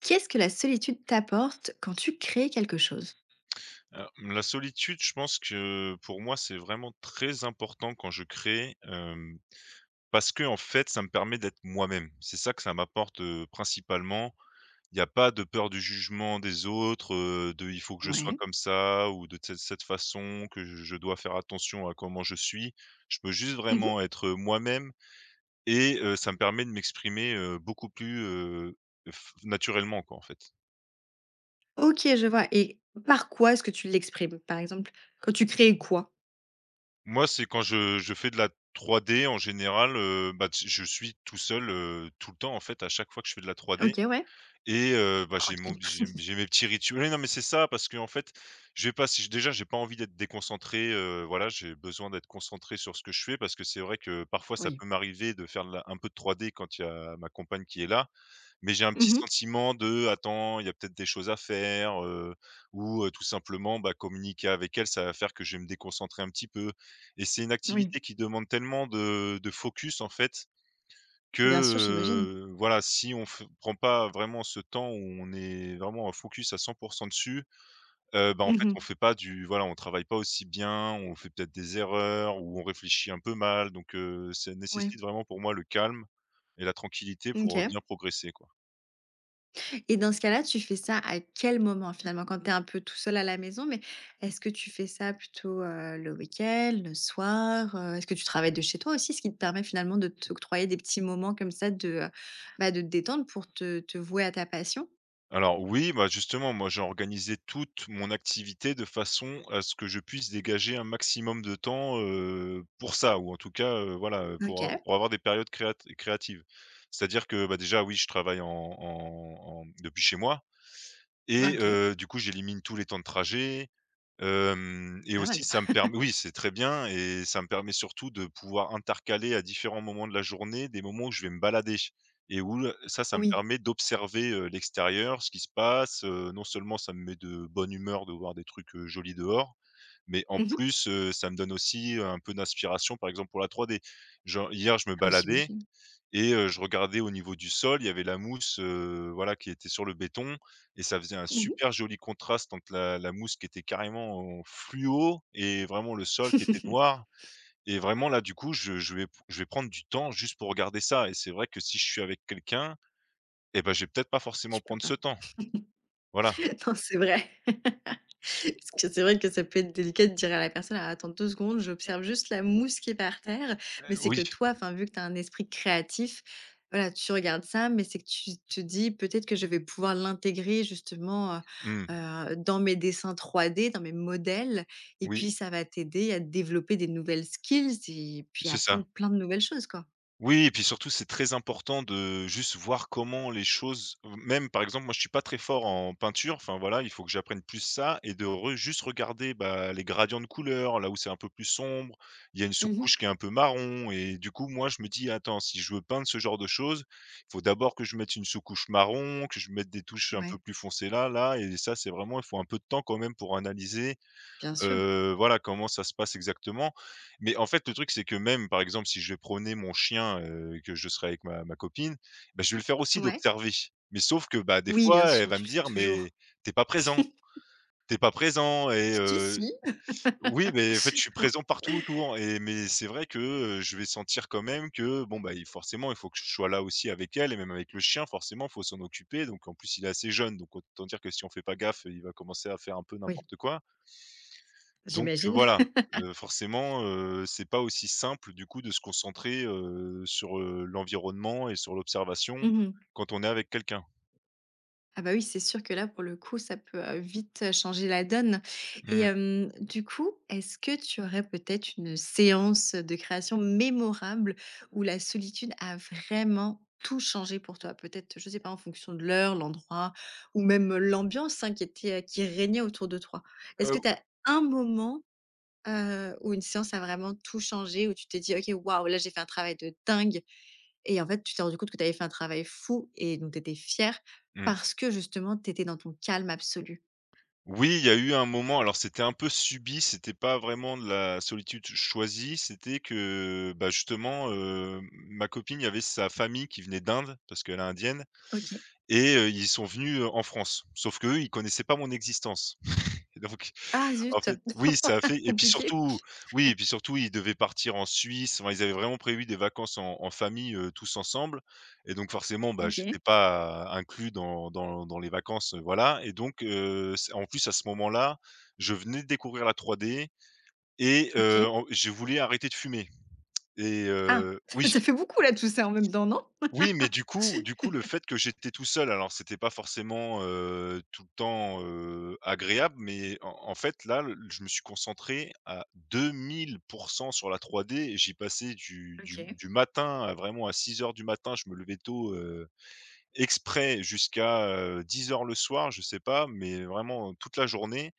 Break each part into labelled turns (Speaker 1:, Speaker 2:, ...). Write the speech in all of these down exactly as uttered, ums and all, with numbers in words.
Speaker 1: Qu'est-ce que la solitude t'apporte quand tu crées quelque chose?
Speaker 2: Heu, la solitude, je pense que pour moi, c'est vraiment très important quand je crée, hem, parce que en fait, ça me permet d'être moi-même. C'est ça que ça m'apporte, heu, principalement. Il n'y a pas de peur du jugement des autres, heu, de il faut que je sois
Speaker 1: Ouais.
Speaker 2: comme ça ou de cette cette façon, que je je dois faire attention à comment je suis. Je peux juste
Speaker 1: Mmh.
Speaker 2: vraiment être moi-même et heu, ça me permet de m'exprimer, heu, beaucoup plus, heu, f naturellement quoi, en fait.
Speaker 1: OK, je vois. Et par quoi est-ce que tu l'exprimes? Par exemple, quand tu crées quoi?
Speaker 2: Moi, c'est quand je je fais de la trois d en général, heu, bah, tu je suis tout seul, heu, tout le temps en fait, à chaque fois que je fais de la trois d
Speaker 1: OK, ouais.
Speaker 2: et heu, bah, j'ai mon
Speaker 1: Tranquille.
Speaker 2: j'ai j'ai mes petits rituels oui, non, mais c'est ça parce que en fait, je vais pas si déjà j'ai pas envie d'être déconcentré, heu, voilà, j'ai besoin d'être concentré sur ce que je fais parce que c'est vrai que parfois ça
Speaker 1: Oui.
Speaker 2: peut m'arriver de faire de la un peu de trois d quand il y a ma compagne qui est là mais j'ai un petit
Speaker 1: Mmh.
Speaker 2: sentiment de: «Attends, il y a peut-être des choses à faire», heu, ou heu, tout simplement, bah, communiquer avec elle, ça va faire que je vais me déconcentrer un petit peu et c'est une
Speaker 1: Oui,
Speaker 2: activité qui demande tellement de de focus, en fait, que,
Speaker 1: bien sûr, j'imagine.
Speaker 2: heu, voilà, si on f prend pas vraiment ce temps où on est vraiment en focus à cent dessus, heu, bah, en
Speaker 1: Mmh
Speaker 2: fait,
Speaker 1: mh.
Speaker 2: on fait pas du voilà, on travaille pas aussi bien, on fait peut-être des erreurs ou on réfléchit un peu mal donc heu, ça
Speaker 1: Ouais.
Speaker 2: nécessite vraiment pour moi le calme et la tranquillité pour
Speaker 1: OK.
Speaker 2: bien progresser, quoi.
Speaker 1: Et dans ce cas-là, tu fais ça à quel moment finalement? Quand tu es un peu tout seul à la maison, mais est-ce que tu fais ça plutôt, heu, le week-end, le soir? Heu, est-ce que tu travailles de chez toi aussi? Ce qui te permet finalement de t'octroyer des petits moments comme ça de, heu, bah, de te détendre pour te te vouer à ta passion?
Speaker 2: Alors oui, bah, justement, moi j'ai organisé toute mon activité de façon à ce que je puisse dégager un maximum de temps, heu, pour ça ou en tout cas, heu, voilà, heu, pour a
Speaker 1: OK.
Speaker 2: pour avoir des périodes créat créatives. C'est-à-dire que, bah, déjà oui, je travaille en en en depuis chez moi et
Speaker 1: OK,
Speaker 2: heu, du coup j'élimine tous les temps de trajet. Hem
Speaker 1: c'est
Speaker 2: Et
Speaker 1: pas
Speaker 2: aussi
Speaker 1: mal.
Speaker 2: ça me permet oui, c'est très bien, et ça me permet surtout de pouvoir intercaler à différents moments de la journée, des moments où je vais me balader et où là ça, ça me
Speaker 1: Oui.
Speaker 2: permet d'observer, heu, l'extérieur, ce qui se passe. Heu, non seulement ça me met de bonne humeur de voir des trucs, heu, jolis dehors, mais en
Speaker 1: Mmh.
Speaker 2: plus, heu, ça me donne aussi un peu d'inspiration, par exemple, pour la trois d. Genre hier, je me
Speaker 1: Ah bah,
Speaker 2: baladais
Speaker 1: j'imagine.
Speaker 2: et heu, je regardais au niveau du sol, il y avait la mousse, heu, voilà, qui était sur le béton, et ça faisait un
Speaker 1: Mmh.
Speaker 2: super joli contraste entre la la mousse qui était carrément en fluo et vraiment le sol qui était noir, et vraiment là, du coup, je je vais je vais prendre du temps juste pour regarder ça. Et c'est vrai que si je suis avec quelqu'un, eh ben, je vais peut-être pas forcément
Speaker 1: Tu peux
Speaker 2: prendre
Speaker 1: pas.
Speaker 2: ce temps. Voilà.
Speaker 1: Non, c'est vrai. Parce que c'est vrai que ça peut être délicat de dire à la personne: «Alors attends deux secondes, j'observe juste la mousse qui est par terre». Mais c'est
Speaker 2: Oui.
Speaker 1: que toi, enfin, vu que tu as un esprit créatif, voilà, tu regardes ça, mais c'est que tu te dis: «Peut-être que je vais pouvoir l'intégrer justement, heu
Speaker 2: Mmh.
Speaker 1: heu, dans mes dessins trois D, dans mes modèles», et
Speaker 2: Oui,
Speaker 1: puis ça va t'aider à développer des nouvelles skills et puis à
Speaker 2: c'est
Speaker 1: apprendre
Speaker 2: ça.
Speaker 1: plein de nouvelles choses, quoi.
Speaker 2: Oui, et puis surtout, c'est très important de juste voir comment les choses, même par exemple, moi je suis pas très fort en peinture, enfin voilà, il faut que j'apprenne plus ça, et de re juste regarder, bah, les gradients de couleurs, là où c'est un peu plus sombre, il y a une
Speaker 1: Mmh.
Speaker 2: sous-couche qui est un peu marron et du coup, moi je me dis: «Attends, si je veux peindre ce genre de choses, il faut d'abord que je mette une sous-couche marron, que je mette des touches un peu
Speaker 1: Ouais,
Speaker 2: plus foncées là, là», et ça, c'est vraiment, il faut un peu de temps quand même pour analyser.
Speaker 1: bien sûr.
Speaker 2: Heu, voilà, comment ça se passe exactement. Mais en fait, le truc, c'est que même, par exemple, si je vais promener mon chien, heu, et que je serai avec ma ma copine, bah, je vais le faire aussi
Speaker 1: Ouais.
Speaker 2: d'observer. Mais sauf que, bah, des
Speaker 1: Oui, bien
Speaker 2: fois, elle
Speaker 1: sûr,
Speaker 2: va
Speaker 1: tu
Speaker 2: me
Speaker 1: le fais
Speaker 2: dire: «Mais
Speaker 1: toujours.
Speaker 2: t'es pas présent, t'es pas présent», et
Speaker 1: Si,
Speaker 2: heu,
Speaker 1: si.
Speaker 2: oui, mais en fait, je suis présent partout autour. Et mais c'est vrai que, heu, je vais sentir quand même que, bon, bah, il forcément, il faut que je sois là aussi avec elle, et même avec le chien, forcément, il faut s'en occuper. Donc en plus, il est assez jeune, donc autant dire que si on fait pas gaffe, il va commencer à faire un peu
Speaker 1: Oui,
Speaker 2: n'importe quoi. Donc heu,
Speaker 1: j'imagine.
Speaker 2: voilà, heu, forcément, heu, c'est pas aussi simple du coup de se concentrer, heu, sur, heu, l'environnement et sur l'observation
Speaker 1: Mmh.
Speaker 2: quand on est avec quelqu'un.
Speaker 1: Ah bah oui, c'est sûr que là, pour le coup, ça peut heu, vite, heu, changer la donne. Et
Speaker 2: Mmh.
Speaker 1: hem, du coup, est-ce que tu aurais peut-être une séance de création mémorable où la solitude a vraiment tout changé pour toi? Peut-être, je ne sais pas, en fonction de l'heure, l'endroit ou même l'ambiance, hein, qui était, heu, qui régnait autour de toi. Est-ce que
Speaker 2: Heu,
Speaker 1: tu as un moment Heu, où une séance a vraiment tout changé, où tu t'es dit: «OK, waouh, là, j'ai fait un travail de dingue» et en fait, tu t'es rendu compte que tu avais fait un travail fou et donc tu étais fière
Speaker 2: mmh.
Speaker 1: parce que justement, tu étais dans ton calme absolu.
Speaker 2: Oui, il y a eu un moment, alors c'était un peu subi, c'était pas vraiment de la solitude choisie, c'était que, bah, justement, heu, ma copine, il y avait sa famille qui venait d'Inde, parce qu'elle est indienne,
Speaker 1: OK.
Speaker 2: et heu, ils sont venus, heu, en France. Sauf qu'eux, ils connaissaient pas mon existence et donc.
Speaker 1: Ah
Speaker 2: En
Speaker 1: zut!
Speaker 2: fait, oui, ça a fait, et puis
Speaker 1: Compliqué.
Speaker 2: surtout, oui, et puis surtout, ils devaient partir en Suisse, enfin, ils avaient vraiment prévu des vacances en en famille, heu, tous ensemble, et donc forcément, bah, j'étais
Speaker 1: OK.
Speaker 2: pas inclus dans dans dans les vacances, heu, voilà, et donc heu, c en plus, à ce moment-là, je venais de découvrir la trois d, et heu,
Speaker 1: OK.
Speaker 2: en je voulais arrêter de fumer, et
Speaker 1: Ah,
Speaker 2: heu oui.
Speaker 1: ça fait beaucoup là, tout ça en même temps, non?
Speaker 2: Oui, mais du coup du coup, le fait que j'étais tout seul, alors c'était pas forcément, heu, tout le temps, heu, agréable, mais en en fait, là, le je me suis concentré à deux mille pour cent sur la trois d, et j'ai passé du du
Speaker 1: OK.
Speaker 2: du matin, à vraiment à six heures du matin, je me levais tôt, heu, exprès, jusqu'à, euh, dix heures le soir, je sais pas, mais vraiment euh, toute la journée.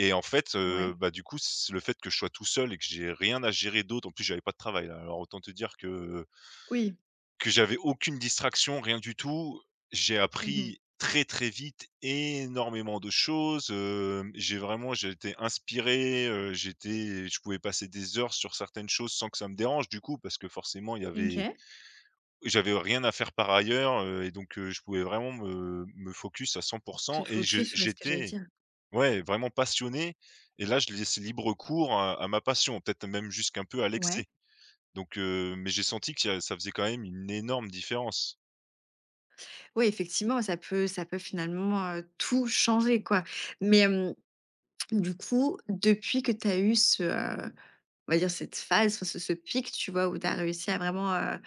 Speaker 2: Et en fait, heu,
Speaker 1: Ouais.
Speaker 2: bah, du coup, c le fait que je sois tout seul et que j'ai rien à gérer d'autre, en plus, j'avais pas de travail, là, alors autant te dire que
Speaker 1: Oui.
Speaker 2: que j'avais aucune distraction, rien du tout. J'ai
Speaker 1: Mmh.
Speaker 2: appris très, très vite énormément de choses, hem, j'ai vraiment j'étais inspiré, heu, j'étais je pouvais passer des heures sur certaines choses sans que ça me dérange du coup, parce que forcément il y avait
Speaker 1: OK.
Speaker 2: j'avais rien à faire par ailleurs, heu et donc heu, je pouvais vraiment me me focus à cent,
Speaker 1: Te
Speaker 2: et je
Speaker 1: focus, ouais, ce que j'allais
Speaker 2: j'étais,
Speaker 1: dire.
Speaker 2: ouais, vraiment passionné, et là, je laissais libre cours à à ma passion, peut-être même jusqu'un peu à l'excès.
Speaker 1: Ouais.
Speaker 2: Donc heu, mais j'ai senti que ça ça faisait quand même une énorme différence.
Speaker 1: Oui, effectivement, ça peut ça peut finalement, heu, tout changer, quoi. Mais, hem. Du coup, depuis que tu as eu ce, heu, on va dire cette phase, enfin ce ce pic, tu vois? Où tu as réussi à vraiment, heu,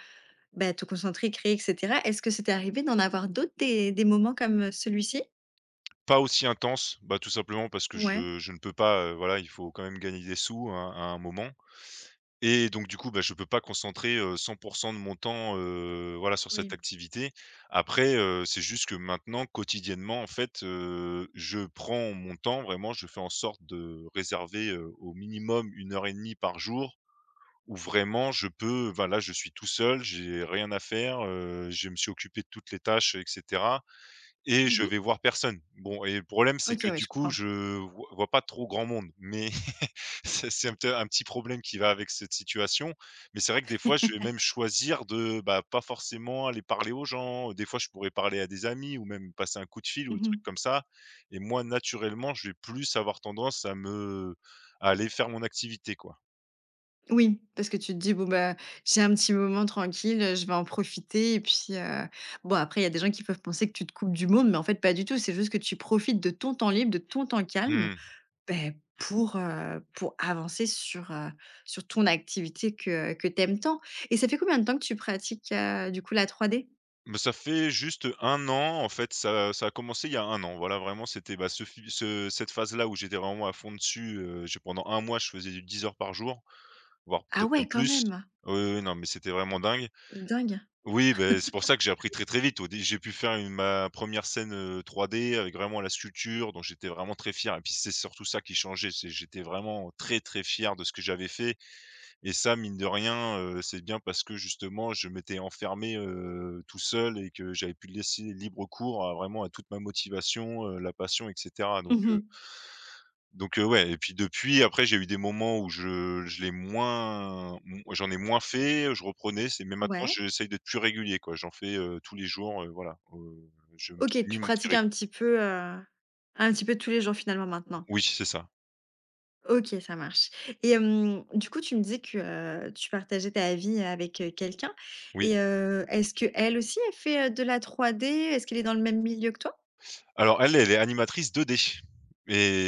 Speaker 1: bah, te concentrer, créer et cetera. Est-ce que c'était arrivé d'en avoir d'autres des des moments comme celui-ci?
Speaker 2: Pas aussi intense, bah, tout simplement parce que
Speaker 1: Ouais,
Speaker 2: je je ne peux pas, heu, voilà, il faut quand même gagner des sous à à un moment, et donc du coup, bah, je peux pas concentrer, heu, cent de mon temps, heu, voilà, sur cette
Speaker 1: oui.
Speaker 2: activité. Après, heu, c'est juste que maintenant quotidiennement, en fait, heu, je prends mon temps vraiment, je fais en sorte de réserver, heu, au minimum une heure et demie par jour, où vraiment je peux, voilà, je suis tout seul, j'ai rien à faire, heu, je me suis occupé de toutes les tâches, et cetera. Et je
Speaker 1: Mmh.
Speaker 2: vais voir personne. Bon, et le problème, c'est
Speaker 1: OK,
Speaker 2: que
Speaker 1: ouais,
Speaker 2: du
Speaker 1: je
Speaker 2: coup,
Speaker 1: comprends.
Speaker 2: je voi vois pas trop grand monde, mais c'est c'est un p un petit problème qui va avec cette situation. Mais c'est vrai que des fois, je vais même choisir de, bah, pas forcément aller parler aux gens. Des fois, je pourrais parler à des amis ou même passer un coup de fil ou des
Speaker 1: Mmh.
Speaker 2: trucs comme ça. Et moi, naturellement, je vais plus avoir tendance à me à aller faire mon activité, quoi.
Speaker 1: Oui, parce que tu te dis: «Bon, bah, j'ai un petit moment tranquille, euh, je vais en profiter» et puis, heu, bon, après il y a des gens qui peuvent penser que tu te coupes du monde, mais en fait pas du tout. C'est juste que tu profites de ton temps libre, de ton temps calme.
Speaker 2: Mmh.
Speaker 1: Beh, pour, heu, pour avancer sur, heu, sur ton activité que que t'aimes tant. Et ça fait combien de temps que tu pratiques, heu, du coup, la trois d?
Speaker 2: Mais ça fait juste un an, en fait, ça ça a commencé il y a un an. Voilà, vraiment, c'était, bah, ce fi ce cette phase-là où j'étais vraiment à fond dessus, heu, j'ai pendant un mois, je faisais du dix heures par jour, voire
Speaker 1: Ah
Speaker 2: peut-être même
Speaker 1: ouais, quand
Speaker 2: plus.
Speaker 1: même!
Speaker 2: Oui, oui, oui, non, mais c'était vraiment dingue.
Speaker 1: Dingue.
Speaker 2: Oui, ben c'est pour ça que j'ai appris très, très vite. Au dé J'ai pu faire une ma première scène, heu, trois d avec vraiment la sculpture, donc j'étais vraiment très fier, et puis c'est surtout ça qui changeait, c'est j'étais vraiment très, très fier de ce que j'avais fait, et ça, mine de rien, heu, c'est bien parce que justement je m'étais enfermé, heu, tout seul, et que j'avais pu laisser libre cours à vraiment à toute ma motivation, heu, la passion, et cetera, donc
Speaker 1: Mmh.
Speaker 2: heu donc heu, ouais, et puis depuis après j'ai eu des moments où je je l'ai moins m j'en ai moins fait, je reprenais, c'est mais maintenant
Speaker 1: Ouais.
Speaker 2: j'essaye d'être plus régulier, quoi. J'en fais, heu, tous les jours, heu, voilà, heu, je me
Speaker 1: OK,
Speaker 2: suis
Speaker 1: tu
Speaker 2: mis mon petit
Speaker 1: pratiques
Speaker 2: rythme.
Speaker 1: un petit peu, heu, un petit peu tous les jours finalement maintenant?
Speaker 2: Oui, c'est ça.
Speaker 1: OK, ça marche. Et hem, du coup, tu me disais que, heu, tu partageais ta vie avec, heu, quelqu'un.
Speaker 2: Oui.
Speaker 1: Et heu, est-ce que elle aussi, elle fait, heu, de la trois d? Est-ce qu'elle est dans le même milieu que toi?
Speaker 2: Alors elle, elle est animatrice deux d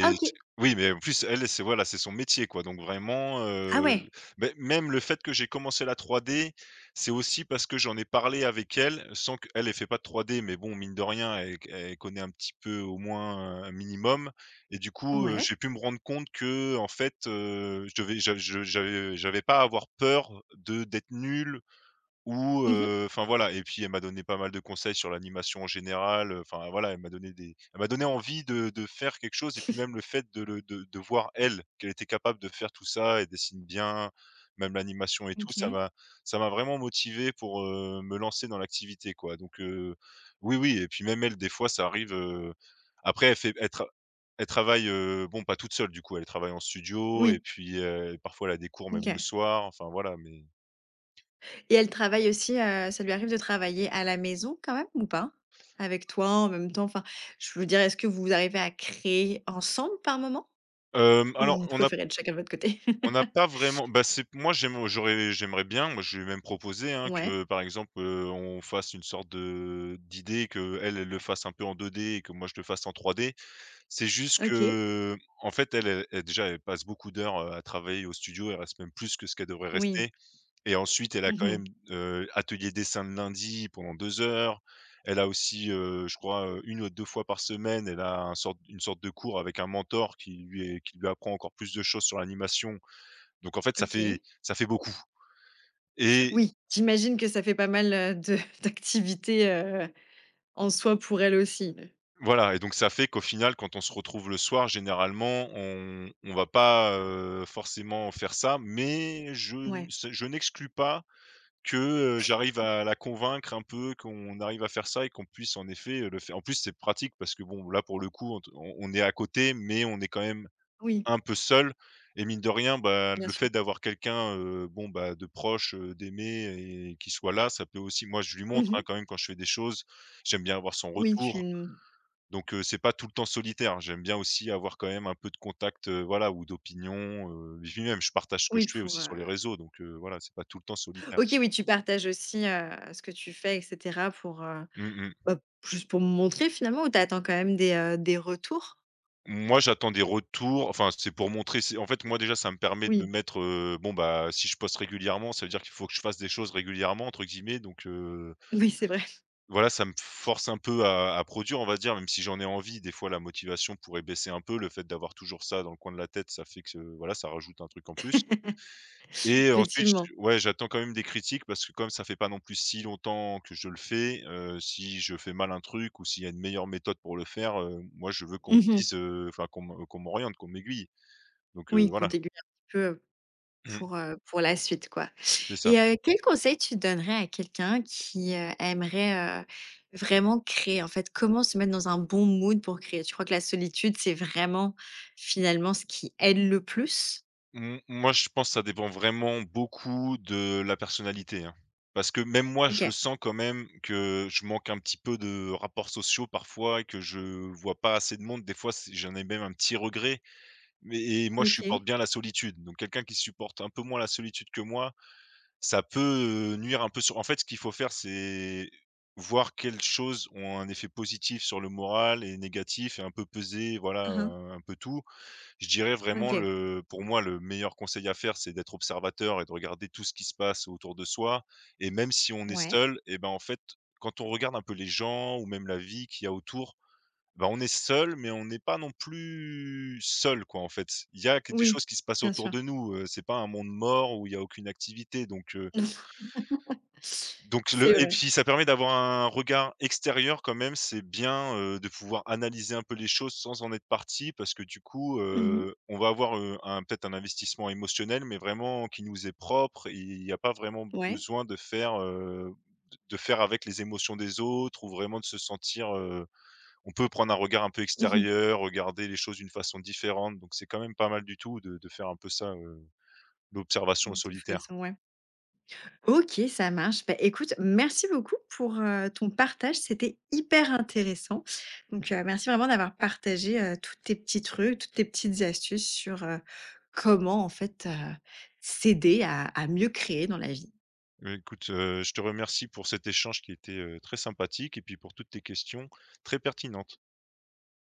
Speaker 1: Ah
Speaker 2: c
Speaker 1: OK.
Speaker 2: oui, mais en plus elle, c'est voilà, c'est son métier quoi, donc vraiment,
Speaker 1: Ah
Speaker 2: heu,
Speaker 1: ouais?
Speaker 2: beh, même le fait que j'ai commencé la trois d, c'est aussi parce que j'en ai parlé avec elle, sans qu'elle ait fait pas de trois d, mais bon, mine de rien, elle elle connaît un petit peu au moins, euh, un minimum. Et du coup, heu,
Speaker 1: Ouais.
Speaker 2: j'ai pu me rendre compte que en fait, heu, je devais je je j'avais j'avais pas à avoir peur de d'être nul, ou,
Speaker 1: Mmh.
Speaker 2: heu, enfin voilà. Et puis elle m'a donné pas mal de conseils sur l'animation en général, heu, enfin voilà, elle m'a donné des elle m'a donné envie de de faire quelque chose, et puis même le fait de le de de voir elle, qu'elle était capable de faire tout ça. Et dessine bien, même l'animation et tout, ça
Speaker 1: OK.
Speaker 2: m'a ça m'a vraiment motivé pour, heu, me lancer dans l'activité quoi, donc heu, oui, oui. Et puis même elle, des fois ça arrive, heu, après elle fait elle tra elle travaille, heu, bon, pas toute seule du coup, elle travaille en studio. Et
Speaker 1: Oui.
Speaker 2: puis, heu, parfois elle a des cours
Speaker 1: OK.
Speaker 2: même le soir, enfin voilà. Mais
Speaker 1: Et elle travaille aussi, heu, ça lui arrive de travailler à la maison quand même ou pas? Avec toi, en même temps, enfin, je veux dire, est-ce que vous arrivez à créer ensemble par moment?
Speaker 2: hem,
Speaker 1: Ou
Speaker 2: alors
Speaker 1: vous
Speaker 2: on a
Speaker 1: préférez être chacun de votre côté?
Speaker 2: on n'a pas vraiment. Bah, c'est moi, j'aime j'aurais j'aimerais bien, moi je lui ai même proposé, hein,
Speaker 1: Ouais,
Speaker 2: que par exemple, heu, on fasse une sorte de d'idée que elle elle le fasse un peu en deux d et que moi je le fasse en trois d. C'est juste
Speaker 1: OK,
Speaker 2: que, en fait elle, elle elle déjà elle passe beaucoup d'heures, heu, à travailler au studio, elle reste même plus que ce qu'elle devrait
Speaker 1: oui.
Speaker 2: rester, et ensuite elle a quand
Speaker 1: Mmh.
Speaker 2: même, heu, atelier dessin le lundi pendant deux heures. Elle a aussi, heu, je crois, heu, une ou deux fois par semaine, elle a un sorte une sorte de cours avec un mentor qui lui est qui lui apprend encore plus de choses sur l'animation. Donc en fait, ça fait
Speaker 1: OK.
Speaker 2: ça fait beaucoup. Et
Speaker 1: Oui, j'imagine que ça fait pas mal, heu, de d'activités, heu, en soi pour elle aussi.
Speaker 2: voilà. Et donc ça fait qu'au final, quand on se retrouve le soir, généralement, on on va pas, heu, forcément faire ça, mais je ne
Speaker 1: Ouais,
Speaker 2: c'est je n'exclus pas que, heu, j'arrive à la convaincre un peu, qu'on arrive à faire ça et qu'on puisse en effet, heu, le faire. En plus, c'est pratique parce que bon, là, pour le coup, on t on on est à côté, mais on est quand même
Speaker 1: oui,
Speaker 2: un peu seul, et mine de rien, bah,
Speaker 1: bien
Speaker 2: le
Speaker 1: sûr.
Speaker 2: fait d'avoir quelqu'un, heu, bon, bah, de proche, heu, d'aimer et qui soit là, ça peut aussi. Moi, je lui montre, hein,
Speaker 1: Mmh.
Speaker 2: quand même quand je fais des choses, j'aime bien avoir son
Speaker 1: Oui, tu
Speaker 2: retour, donc heu, c'est pas tout le temps solitaire, hein. J'aime bien aussi avoir quand même un peu de contact, heu, voilà, ou d'opinion, heu, et puis même je partage ce que
Speaker 1: oui,
Speaker 2: je fais
Speaker 1: pour,
Speaker 2: aussi
Speaker 1: heu.
Speaker 2: sur les réseaux, donc heu, voilà, c'est pas tout le temps solitaire.
Speaker 1: OK, oui, tu partages aussi, heu, ce que tu fais et cetera pour, heu.
Speaker 2: Mmh mh.
Speaker 1: Bah, juste pour me montrer finalement ou tu attends quand même des, heu, des retours?
Speaker 2: Moi, j'attends des retours, enfin, c'est pour montrer, c'est en fait, moi, déjà, ça me permet de
Speaker 1: Oui.
Speaker 2: me mettre, heu, bon, bah, si je poste régulièrement, ça veut dire qu'il faut que je fasse des choses régulièrement entre guillemets, donc heu
Speaker 1: Oui, c'est vrai,
Speaker 2: voilà, ça me force un peu à à produire, on va dire, même si j'en ai envie, des fois la motivation pourrait baisser un peu. Le fait d'avoir toujours ça dans le coin de la tête, ça fait que, euh, voilà, ça rajoute un truc en plus. Et ensuite, j
Speaker 1: effectivement.
Speaker 2: ouais, j'attends quand même des critiques parce que comme ça fait pas non plus si longtemps que je le fais, heu, si je fais mal un truc ou s'il y a une meilleure méthode pour le faire, heu, moi je veux qu'on me
Speaker 1: Mmh mh.
Speaker 2: dise, heu, enfin qu'on me qu'on m'oriente, qu'on m'aiguille, donc heu,
Speaker 1: Oui,
Speaker 2: voilà.
Speaker 1: contéguer un petit peu, heu, pour, heu, pour la suite, quoi.
Speaker 2: C'est ça.
Speaker 1: Et heu, quel conseil tu donnerais à quelqu'un qui, heu, aimerait, heu, vraiment créer, en fait? Comment se mettre dans un bon mood pour créer? Tu crois que la solitude, c'est vraiment, finalement, ce qui aide le plus?
Speaker 2: M Moi, je pense que ça dépend vraiment beaucoup de la personnalité, hein. Parce que même moi, je le
Speaker 1: OK.
Speaker 2: sens quand même que je manque un petit peu de rapports sociaux parfois et que je vois pas assez de monde. Des fois, c'est j'en ai même un petit regret, mais, et moi, je supporte
Speaker 1: OK.
Speaker 2: bien la solitude. Donc quelqu'un qui supporte un peu moins la solitude que moi, ça peut, heu, nuire un peu sur. En fait, ce qu'il faut faire, c'est voir quelles choses ont un effet positif sur le moral et négatif, et un peu peser, voilà,
Speaker 1: Mmh mh.
Speaker 2: heu, un peu tout. Je dirais vraiment
Speaker 1: OK.
Speaker 2: le pour moi, le meilleur conseil à faire, c'est d'être observateur et de regarder tout ce qui se passe autour de soi. Et même si on est
Speaker 1: Ouais.
Speaker 2: seul, et ben, en fait, quand on regarde un peu les gens ou même la vie qu'il y a autour, ben on est seul, mais on n'est pas non plus seul quoi, en fait. Il y a que des
Speaker 1: Oui,
Speaker 2: choses qui se passent
Speaker 1: bien
Speaker 2: autour
Speaker 1: sûr.
Speaker 2: de nous, heu, c'est pas un monde mort où il y a aucune activité, donc heu donc
Speaker 1: C'est
Speaker 2: le et
Speaker 1: vrai.
Speaker 2: puis ça permet d'avoir un regard extérieur quand même, c'est bien, heu, de pouvoir analyser un peu les choses sans en être parti, parce que du coup,
Speaker 1: Mmh mh.
Speaker 2: heu, on va avoir, heu, un peut-être un investissement émotionnel, mais vraiment qui nous est propre, et il n'y a pas vraiment
Speaker 1: Ouais.
Speaker 2: besoin de faire, heu, de faire avec les émotions des autres ou vraiment de se sentir, heu on peut prendre un regard un peu
Speaker 1: Mmh mh.
Speaker 2: extérieur, regarder les choses d'une façon différente, donc c'est quand même pas mal du tout de de faire un peu ça. L'observation
Speaker 1: De toute
Speaker 2: solitaire.
Speaker 1: façon, ouais. OK, ça marche. Bah, écoute, merci beaucoup pour, heu, ton partage, c'était hyper intéressant. Donc, heu, merci vraiment d'avoir partagé, heu, tous tes petits trucs, toutes tes petites astuces sur, heu, comment en fait, heu, s'aider à à mieux créer dans la vie.
Speaker 2: Bah, écoute, heu, je te remercie pour cet échange qui était, heu, très sympathique et puis pour toutes tes questions très pertinentes.